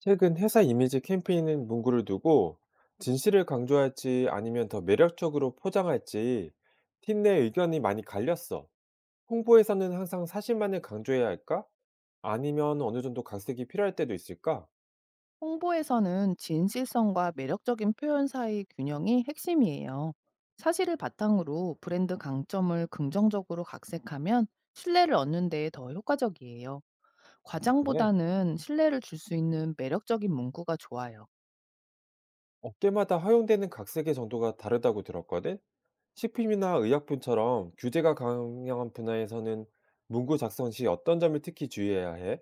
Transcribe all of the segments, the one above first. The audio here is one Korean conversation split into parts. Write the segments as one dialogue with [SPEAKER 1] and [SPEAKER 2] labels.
[SPEAKER 1] 최근 회사 이미지 캠페인은 문구를 두고 진실을 강조할지 아니면 더 매력적으로 포장할지 팀 내 의견이 많이 갈렸어. 홍보에서는 항상 사실만을 강조해야 할까? 아니면 어느 정도 각색이 필요할 때도 있을까?
[SPEAKER 2] 홍보에서는 진실성과 매력적인 표현 사이 균형이 핵심이에요. 사실을 바탕으로 브랜드 강점을 긍정적으로 각색하면 신뢰를 얻는 데 더 효과적이에요.
[SPEAKER 1] 아, 그래.
[SPEAKER 2] 과장보다는 신뢰를 줄 수 있는 매력적인 문구가 좋아요.
[SPEAKER 1] 업계마다 허용되는 각색의 정도가 다르다고 들었거든? 식품이나 의약품처럼 규제가 강한 분야에서는 문구 작성 시 어떤 점을 특히 주의해야 해?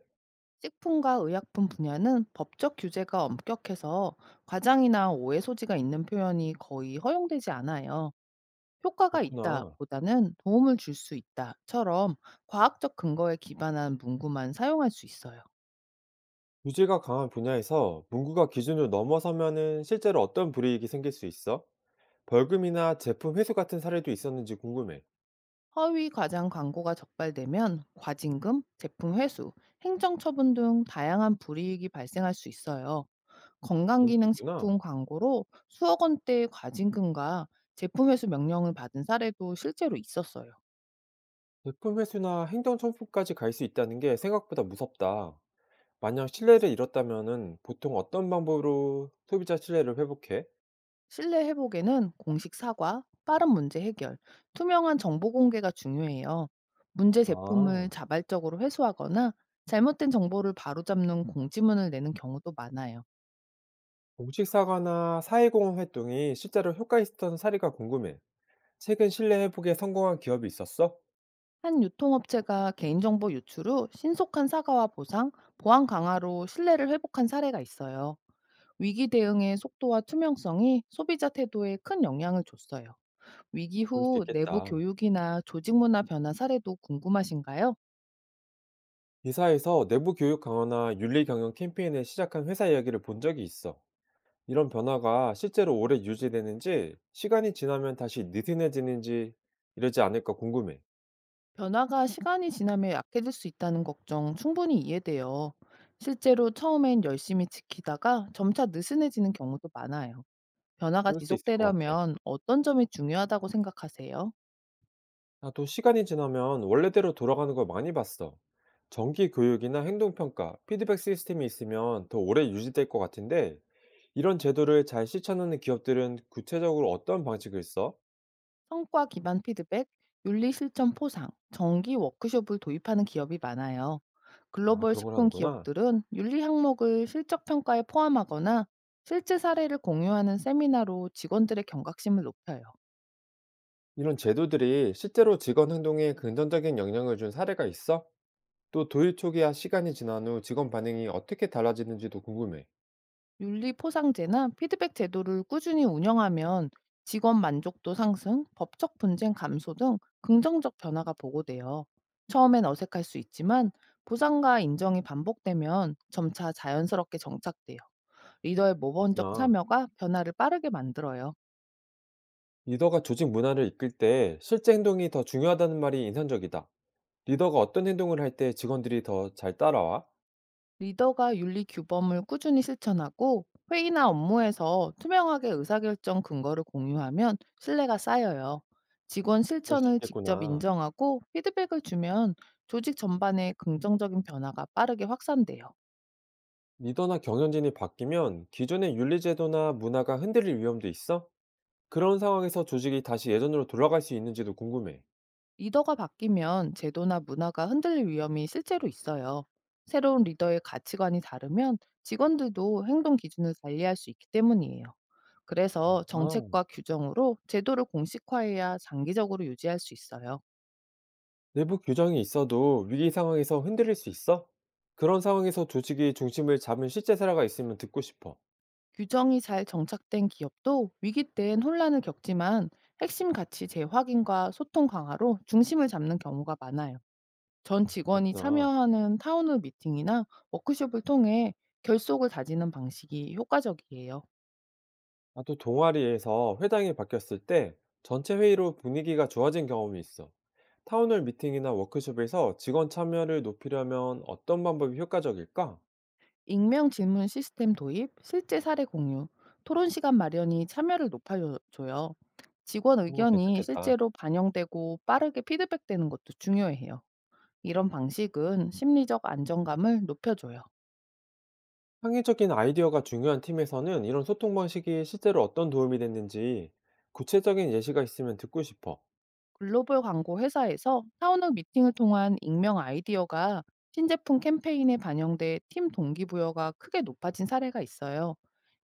[SPEAKER 2] 식품과 의약품 분야는 법적 규제가 엄격해서 과장이나 오해 소지가 있는 표현이 거의 허용되지 않아요. 효과가
[SPEAKER 1] 그렇구나.
[SPEAKER 2] 있다보다는 도움을 줄 수 있다처럼 과학적 근거에 기반한 문구만 사용할 수 있어요.
[SPEAKER 1] 규제가 강한 분야에서 문구가 기준을 넘어서면은 실제로 어떤 불이익이 생길 수 있어? 벌금이나 제품 회수 같은 사례도 있었는지 궁금해.
[SPEAKER 2] 허위 과장 광고가 적발되면 과징금, 제품 회수, 행정 처분 등 다양한 불이익이 발생할 수 있어요.
[SPEAKER 1] 그럴 수 있구나.
[SPEAKER 2] 건강기능식품 광고로 수억 원대의 과징금과 제품 회수 명령을 받은 사례도 실제로 있었어요.
[SPEAKER 1] 제품 회수나 행정 청구까지 갈 수 있다는 게 생각보다 무섭다. 만약 신뢰를 잃었다면은 보통 어떤 방법으로 소비자 신뢰를 회복해?
[SPEAKER 2] 신뢰 회복에는 공식 사과, 빠른 문제 해결, 투명한 정보 공개가 중요해요. 문제 제품을
[SPEAKER 1] 아,
[SPEAKER 2] 자발적으로 회수하거나 잘못된 정보를 바로잡는 공지문을 내는 경우도 많아요.
[SPEAKER 1] 공식 사과나 사회공헌 활동이 실제로 효과 있었던 사례가 궁금해. 최근 신뢰 회복에 성공한 기업이 있었어?
[SPEAKER 2] 한 유통업체가 개인정보 유출 후 신속한 사과와 보상, 보안 강화로 신뢰를 회복한 사례가 있어요. 위기 대응의 속도와 투명성이 소비자 태도에 큰 영향을 줬어요. 위기
[SPEAKER 1] 그럴 수
[SPEAKER 2] 후 내부
[SPEAKER 1] 있겠다.
[SPEAKER 2] 교육이나 조직 문화 변화 사례도 궁금하신가요?
[SPEAKER 1] 이사에서 내부 교육 강화나 윤리 경영 캠페인을 시작한 회사 이야기를 본 적이 있어. 이런 변화가 실제로 오래 유지되는지, 시간이 지나면 다시 느슨해지는지 이러지 않을까 궁금해.
[SPEAKER 2] 변화가 시간이 지나며 약해질 수 있다는 걱정 충분히 이해돼요. 실제로 처음엔 열심히 지키다가 점차 느슨해지는 경우도 많아요. 변화가
[SPEAKER 1] 그럴 수 있을 것 같아.
[SPEAKER 2] 지속되려면 어떤 점이 중요하다고 생각하세요?
[SPEAKER 1] 나도 시간이 지나면 원래대로 돌아가는 걸 많이 봤어. 정기 교육이나 행동평가, 피드백 시스템이 있으면 더 오래 유지될 것 같은데, 이런 제도를 잘 실천하는 기업들은 구체적으로 어떤 방식을 써?
[SPEAKER 2] 성과 기반 피드백, 윤리 실천 포상, 정기 워크숍을 도입하는 기업이 많아요.
[SPEAKER 1] 아,
[SPEAKER 2] 글로벌
[SPEAKER 1] 그런 걸
[SPEAKER 2] 식품
[SPEAKER 1] 하는구나.
[SPEAKER 2] 기업들은 윤리 항목을 실적 평가에 포함하거나 실제 사례를 공유하는 세미나로 직원들의 경각심을 높여요.
[SPEAKER 1] 이런 제도들이 실제로 직원 행동에 긍정적인 영향을 준 사례가 있어? 또 도입 초기와 시간이 지난 후 직원 반응이 어떻게 달라지는지도 궁금해.
[SPEAKER 2] 윤리 포상제나 피드백 제도를 꾸준히 운영하면 직원 만족도 상승, 법적 분쟁 감소 등 긍정적 변화가 보고돼요. 처음엔 어색할 수 있지만 보상과 인정이 반복되면 점차 자연스럽게 정착돼요. 리더의 모범적
[SPEAKER 1] 그렇구나.
[SPEAKER 2] 참여가 변화를 빠르게 만들어요.
[SPEAKER 1] 리더가 조직 문화를 이끌 때 실제 행동이 더 중요하다는 말이 인상적이다. 리더가 어떤 행동을 할 때 직원들이 더 잘 따라와?
[SPEAKER 2] 리더가 윤리 규범을 꾸준히 실천하고 회의나 업무에서 투명하게 의사결정 근거를 공유하면 신뢰가 쌓여요. 직원
[SPEAKER 1] 그럴 수
[SPEAKER 2] 실천을 직접
[SPEAKER 1] 있겠구나.
[SPEAKER 2] 인정하고 피드백을 주면 조직 전반에 긍정적인 변화가 빠르게 확산돼요.
[SPEAKER 1] 리더나 경영진이 바뀌면 기존의 윤리제도나 문화가 흔들릴 위험도 있어? 그런 상황에서 조직이 다시 예전으로 돌아갈 수 있는지도 궁금해.
[SPEAKER 2] 리더가 바뀌면 제도나 문화가 흔들릴 위험이 실제로 있어요. 새로운 리더의 가치관이 다르면 직원들도 행동 기준을 달리할 수 있기 때문이에요. 그래서
[SPEAKER 1] 아,
[SPEAKER 2] 정책과 규정으로 제도를 공식화해야 장기적으로 유지할 수 있어요.
[SPEAKER 1] 내부 규정이 있어도 위기 상황에서 흔들릴 수 있어? 그런 상황에서 조직이 중심을 잡은 실제 사례가 있으면 듣고 싶어.
[SPEAKER 2] 규정이 잘 정착된 기업도 위기 때엔 혼란을 겪지만 핵심 가치 재확인과 소통 강화로 중심을 잡는 경우가 많아요. 전 직원이
[SPEAKER 1] 그렇구나.
[SPEAKER 2] 참여하는 타운홀 미팅이나 워크숍을 통해 결속을 다지는 방식이 효과적이에요.
[SPEAKER 1] 아, 또 동아리에서 회당이 바뀌었을 때 전체 회의로 분위기가 좋아진 경험이 있어. 타운홀 미팅이나 워크숍에서 직원 참여를 높이려면 어떤 방법이 효과적일까?
[SPEAKER 2] 익명 질문 시스템 도입, 실제 사례 공유, 토론 시간 마련이 참여를 높여줘요. 직원
[SPEAKER 1] 그런 거
[SPEAKER 2] 의견이
[SPEAKER 1] 괜찮겠다.
[SPEAKER 2] 실제로 반영되고 빠르게 피드백되는 것도 중요해요. 이런 방식은 심리적 안정감을 높여줘요.
[SPEAKER 1] 창의적인 아이디어가 중요한 팀에서는 이런 소통 방식이 실제로 어떤 도움이 됐는지 구체적인 예시가 있으면 듣고 싶어.
[SPEAKER 2] 글로벌 광고 회사에서 사원홀 미팅을 통한 익명 아이디어가 신제품 캠페인에 반영돼 팀 동기부여가 크게 높아진 사례가 있어요.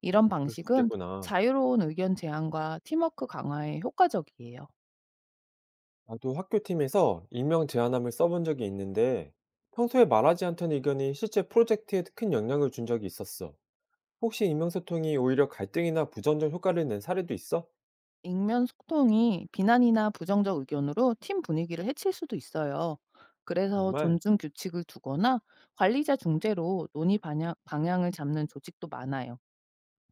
[SPEAKER 2] 이런
[SPEAKER 1] 그럴 수
[SPEAKER 2] 방식은
[SPEAKER 1] 있겠구나.
[SPEAKER 2] 자유로운 의견 제안과 팀워크 강화에 효과적이에요.
[SPEAKER 1] 나도 학교 팀에서 익명 제안함을 써본 적이 있는데 평소에 말하지 않던 의견이 실제 프로젝트에 큰 영향을 준 적이 있었어. 혹시 익명 소통이 오히려 갈등이나 부정적 효과를 낸 사례도 있어?
[SPEAKER 2] 익명 소통이 비난이나 부정적 의견으로 팀 분위기를 해칠 수도 있어요. 그래서
[SPEAKER 1] 정말?
[SPEAKER 2] 존중 규칙을 두거나 관리자 중재로 논의 방향을 잡는 조직도 많아요.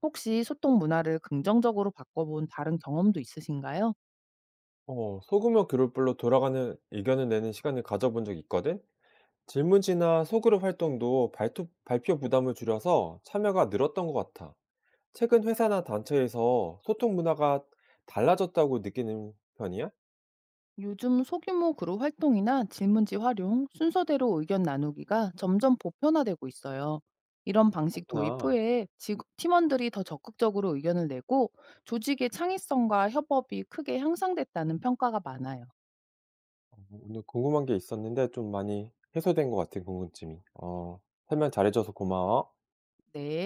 [SPEAKER 2] 혹시 소통 문화를 긍정적으로 바꿔본 다른 경험도 있으신가요?
[SPEAKER 1] 어, 소규모 그룹별로 돌아가는 의견을 내는 시간을 가져본 적이 있거든? 질문지나 소그룹 활동도 발표 부담을 줄여서 참여가 늘었던 것 같아. 최근 회사나 단체에서 소통 문화가 달라졌다고 느끼는 편이야?
[SPEAKER 2] 요즘 소규모 그룹 활동이나 질문지 활용, 순서대로 의견 나누기가 점점 보편화되고 있어요. 이런 방식 도입
[SPEAKER 1] 그렇구나.
[SPEAKER 2] 후에 팀원들이 더 적극적으로 의견을 내고 조직의 창의성과 협업이 크게 향상됐다는 평가가 많아요.
[SPEAKER 1] 뭐 오늘 궁금한 게 있었는데 좀 많이 해소된 것 같은 궁금증이. 어, 설명 잘해줘서 고마워.
[SPEAKER 2] 네.